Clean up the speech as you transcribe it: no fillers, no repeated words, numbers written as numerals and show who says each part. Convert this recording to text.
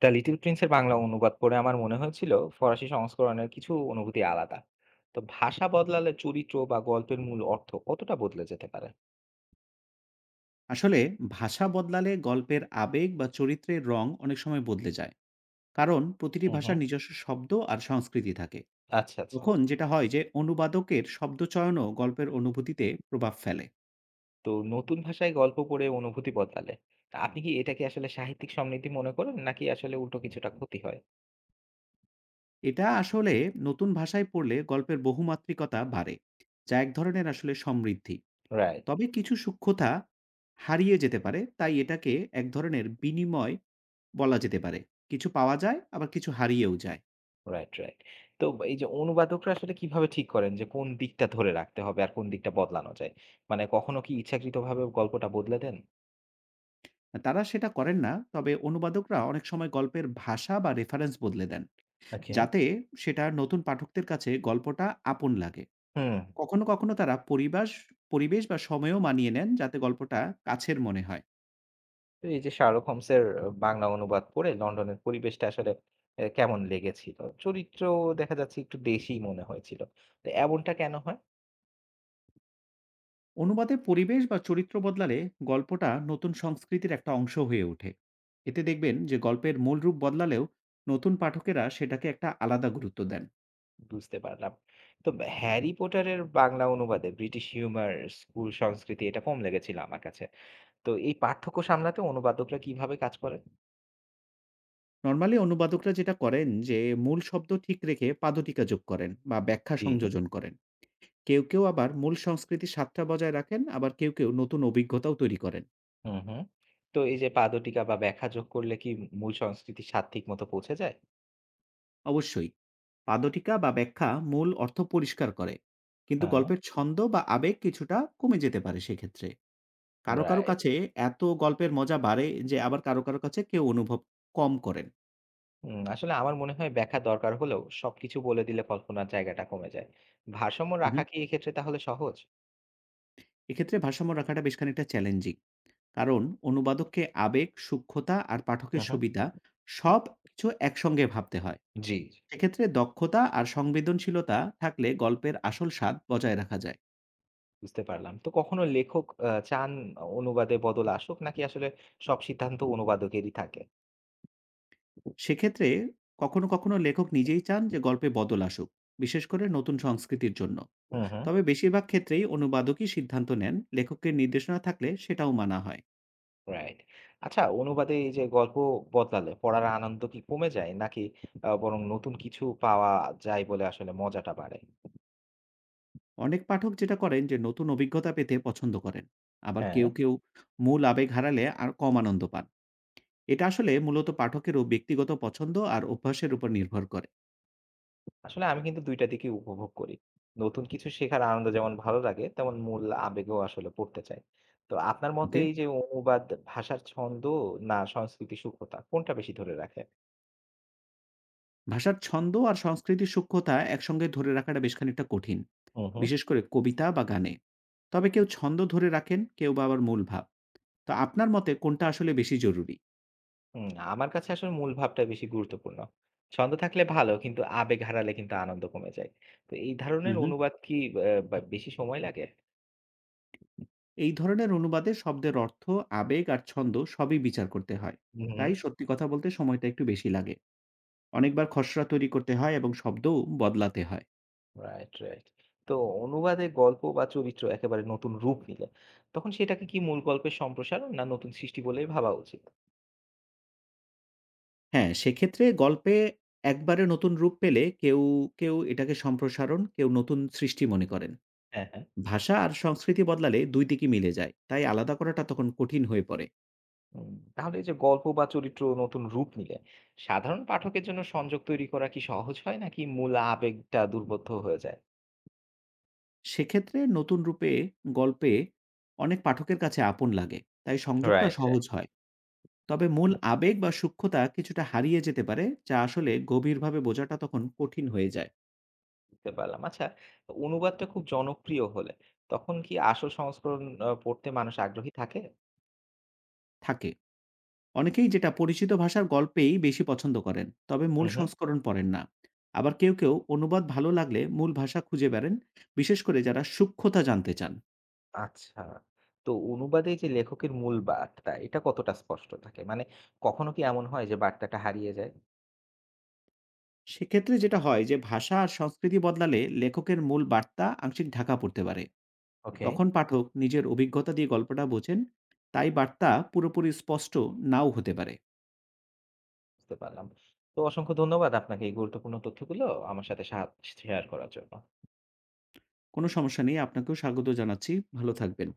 Speaker 1: The little প্রিন্সের Bangla অনুবাদ পড়ে আমার মনে হয়েছিল ফরাসি সংস্করণের কিছু অনুভূতি আলাদা। তো ভাষা বদলালে চরিত্র বা গল্পের মূল অর্থ কতটা বদলে যেতে পারে?
Speaker 2: আসলে ভাষা বদলালে গল্পের আবেগ বা চরিত্রের রং অনেক সময় বদলে যায়, কারণ প্রতিটি
Speaker 1: হুম হুম।
Speaker 2: ভাষার নিজস্ব শব্দ আর সংস্কৃতি থাকে।
Speaker 1: আচ্ছা আচ্ছা।
Speaker 2: তখন যেটা হয় যে অনুবাদকের শব্দচয়নও গল্পের অনুভূতিতে প্রভাব ফেলে।
Speaker 1: তো নতুন ভাষায় গল্প পড়ে অনুভূতি বদলালে তা আপনি কি এটাকে আসলে সাহিত্যিক সমৃদ্ধি মনে করেন নাকি আসলে উল্টো কিছুটা ক্ষতি হয়?
Speaker 2: এটা আসলে নতুন ভাষায় পড়লে গল্পের বহুমাত্রিকতা বাড়ে, যা এক ধরনের আসলে সমৃদ্ধি।
Speaker 1: রাইট।
Speaker 2: তবে কিছু সূক্ষ্মতা হারিয়ে যেতে পারে, তাই এটাকে এক ধরনের বিনিময় বলা যেতে পারে। কিছু পাওয়া যায়, আবার কিছু হারিয়েও যায়।
Speaker 1: Right right. তো এই যে অনুবাদকরা আসলে কিভাবে ঠিক করেন যে কোন দিকটা ধরে রাখতে হবে আর কোন দিকটা বদলানো যায়? মানে কখনো কি ইচ্ছাকৃতভাবে গল্পটা বদলে দেন?
Speaker 2: তারা সেটা করেন না। তবে অনুবাদকরা অনেক সময় গল্পের ভাষা বা রেফারেন্স বদলে দেন,
Speaker 1: ওকে।
Speaker 2: যাতে সেটা নতুন পাঠকদের কাছে গল্পটা আপন লাগে।
Speaker 1: হুম।
Speaker 2: কখনো তারা পরিবেশ বা সময়ও মানিয়ে নেন, যাতে গল্পটা কাছের মনে হয়।
Speaker 1: তো এই যে 'শার্লক হোমস'-এর বাংলা অনুবাদ পড়ে লন্ডনের পরিবেশটা আসলে কেমন লেগেছিল? চরিত্র দেখা যাচ্ছে একটু দেশি মনে হয়েছিল। তো এমনটা কেন হয়?
Speaker 2: অনুবাদে পরিবেশ বা চরিত্র বদলালে গল্পটা নতুন সংস্কৃতির একটা অংশ হয়ে ওঠে। এতে দেখবেন যে গল্পের মূল রূপ বদলালেও নতুন পাঠকেরা সেটাকে একটা আলাদা গুরুত্ব দেন।
Speaker 1: বুঝতে পারলাম। তো 'হ্যারি পটার'-এর বাংলা অনুবাদে ব্রিটিশ হিউমার, স্কুল সংস্কৃতি এটা কম লেগেছিল আমার কাছে। তো এই পার্থক্য সামলাতে অনুবাদকরা কিভাবে কাজ করেন?
Speaker 2: নরমালি অনুবাদকরা যেটা করেন যে মূল শব্দ ঠিক রেখে পাদটিকা যোগ করেন বা ব্যাখ্যা
Speaker 1: জি।
Speaker 2: সংযোজন করেন। কেউ আবার মূল সংস্কৃতির স্বাদটা বজায় রাখেন, আবার কেউ নতুন অভিজ্ঞতাও তৈরি করেন।
Speaker 1: হুম, হুম। তো এই যে পাদটীকা বা ব্যাখ্যা যোগ করলে কি মূল সংস্কৃতির স্বাদ ঠিক মতো পৌঁছে যায়?
Speaker 2: অবশ্যই, পাদটীকা বা ব্যাখ্যা মূল অর্থ পরিষ্কার করে। কিন্তু
Speaker 1: হ্যাঁ।
Speaker 2: গল্পের ছন্দ বা আবেগ কিছুটা কমে যেতে পারে সেক্ষেত্রে। কারো
Speaker 1: রাইট।
Speaker 2: কাছে এত গল্পের মজা বাড়ে, যে আবার কারো কাছে কেউ অনুভব কম করেন।
Speaker 1: আসলে আমার মনে হয় ব্যাখ্যা দরকার হলেও সবকিছু বলে দিলে কল্পনার জায়গাটা কমে যায়। ভারসাম্য
Speaker 2: হু, হু।
Speaker 1: রাখা কি এক্ষেত্রে তাহলে সহজ?
Speaker 2: এক্ষেত্রে ভারসাম্য রাখাটা বেশ খানিকটা চ্যালেঞ্জিং। কারণ অনুবাদককে আবেগ, সূক্ষ্মতা আর
Speaker 1: হুম,
Speaker 2: পাঠকের
Speaker 1: হুম।
Speaker 2: সুবিধা সবকিছু একসঙ্গে ভাবতে হয়।
Speaker 1: জি।
Speaker 2: সেক্ষেত্রে দক্ষতা আর সংবেদনশীলতা থাকলে গল্পের আসল স্বাদ বজায় রাখা যায়।
Speaker 1: বুঝতে পারলাম। তো কখনো লেখক চান অনুবাদে বদল আসুক নাকি আসলে সব সিদ্ধান্ত অনুবাদকেরই থাকে?
Speaker 2: সেক্ষেত্রে কখনো লেখক নিজেই চান যে গল্পে বদল আসুক, বিশেষ করে নতুন সংস্কৃতির জন্য।
Speaker 1: হুম, হুম।
Speaker 2: তবে বেশিরভাগ ক্ষেত্রেই অনুবাদকই সিদ্ধান্ত নেন, লেখকের নির্দেশনা থাকলে সেটাও মানা হয়।
Speaker 1: রাইট। আচ্ছা অনুবাদে এই যে গল্প বদলালে পড়ার আনন্দ কি কমে যায় নাকি বরং নতুন কিছু পাওয়া যায় বলে আসলে মজাটা বাড়ে?
Speaker 2: অনেক পাঠক যেটা করেন যে নতুন অভিজ্ঞতা পেতে পছন্দ করেন। আবার
Speaker 1: হ্যাঁ।
Speaker 2: কেউ মূল আবেগ হারালে আর কম আনন্দ পান। এটা আসলে মূলত পাঠকেরও ব্যক্তিগত পছন্দ আর অভ্যাসের উপর নির্ভর করে।
Speaker 1: আসলে আমি কিন্তু ২ টা দিকেই উপভোগ করি। নতুন কিছু শেখার আনন্দ যেমন ভালো লাগে, তেমন মূল আবেগেও আসলে পড়তে চাই। তো আপনার মতে হুম।
Speaker 2: ওকে?
Speaker 1: এই যে অনুবাদ ভাষার ছন্দ না সংস্কৃতি সূক্ষ্মতা কোনটা বেশি ধরে রাখে?
Speaker 2: ভাষার ছন্দ আর সংস্কৃতির সূক্ষ্মতা একসঙ্গে ধরে রাখাটা বেশ খানিকটা কঠিন,
Speaker 1: হুম, হুম।
Speaker 2: বিশেষ করে কবিতা বা গানে। তবে কেউ ছন্দ ধরে রাখেন, কেউ বা আবার মূল ভাব। তো আপনার মতে কোনটা আসলে বেশি জরুরি?
Speaker 1: হুম, আমার কাছে আসলে মূল ভাবটা বেশি গুরুত্বপূর্ণ। ছন্দ থাকলে ভালো কিন্তু আবেগ হারালে কিন্তু আনন্দ কমে যায়। তো এই
Speaker 2: হুম
Speaker 1: ধরনের
Speaker 2: হুম
Speaker 1: অনুবাদ কি বা বেশি সময় লাগে?
Speaker 2: এই ধরনের অনুবাদে শব্দের অর্থ, আবেগ আর ছন্দ সবই বিচার করতে হয়।
Speaker 1: হুম, হুম।
Speaker 2: তাই সত্যি কথা বলতে সময়টা একটু বেশি লাগে, অনেকবার খসড়া তৈরি করতে হয় এবং শব্দও বদলাতে হয়।
Speaker 1: Right, right. তো অনুবাদে গল্প বা চরিত্র একেবারে নতুন রূপ নিলে, তখন সেটাকে কি মূল গল্পের সম্প্রসারণ না নতুন সৃষ্টি বলেই ভাবা উচিত?
Speaker 2: হ্যাঁ, সেক্ষেত্রে গল্পে একবারে নতুন রূপ পেলে কেউ কেউ এটাকে সম্প্রসারণ, কেউ নতুন সৃষ্টি মনে করেন।
Speaker 1: হ্যাঁ, হ্যাঁ।
Speaker 2: ভাষা আর সংস্কৃতি বদলালে দুই দিকই মিলে যায়, তাই আলাদা করাটা তখন কঠিন হয়ে পড়ে।
Speaker 1: হুম, তাহলে এই যে গল্প বা চরিত্র নতুন রূপ নিলে, সাধারণ পাঠকের জন্য সংযোগ তৈরি করা কি সহজ হয় নাকি মূল আবেগটা দুর্বোধ্য হয়ে যায়?
Speaker 2: সেক্ষেত্রে নতুন রূপে গল্পে অনেক পাঠকের কাছে আপন লাগে, তাই সংযোগটা
Speaker 1: রাইট, রাইট।
Speaker 2: সহজ হয়। তবে মূল আবেগ বা সূক্ষ্মতা কিছুটা হারিয়ে যেতে পারে, যা আসলে গভীরভাবে বোঝাটা তখন কঠিন হয়ে যায়।
Speaker 1: বুঝতে পারলাম। আচ্ছা, অনুবাদটা খুব জনপ্রিয় হলে, তখন কি আসল সংস্করণ পড়তে মানুষ আগ্রহী থাকে?
Speaker 2: থাকে। অনেকেই যেটা পরিচিত ভাষার গল্পেই বেশি পছন্দ করেন, তবে মূল
Speaker 1: হুম, হুম।
Speaker 2: সংস্করণ পড়েন না। আবার কেউ কেউ অনুবাদ ভালো লাগলে মূল ভাষা খুঁজে বেড়েন, বিশেষ করে যারা সূক্ষ্মতা জানতে চান।
Speaker 1: আচ্ছা। তো অনুবাদে যে লেখকের মূল বার্তা, এটা কতটা স্পষ্ট থাকে? মানে কখনো কি এমন হয় যে বার্তাটা হারিয়ে যায়?
Speaker 2: সেক্ষেত্রে যেটা হয় যে ভাষা আর সংস্কৃতি বদলালে লেখকের মূল বার্তা আংশিক ঢাকা পড়তে পারে।
Speaker 1: ওকে।
Speaker 2: তখন পাঠক নিজের অভিজ্ঞতা দিয়ে গল্পটা বোঝেন, তাই বার্তা পুরোপুরি স্পষ্ট নাও হতে পারে।
Speaker 1: বুঝতে পারলাম। তো অসংখ্য ধন্যবাদ আপনাকে এই গুরুত্বপূর্ণ তথ্যগুলো আমার সাথে শেয়ার করার জন্য।
Speaker 2: কোনো সমস্যা নেই, আপনাকেও স্বাগত জানাচ্ছি। ভালো থাকবেন।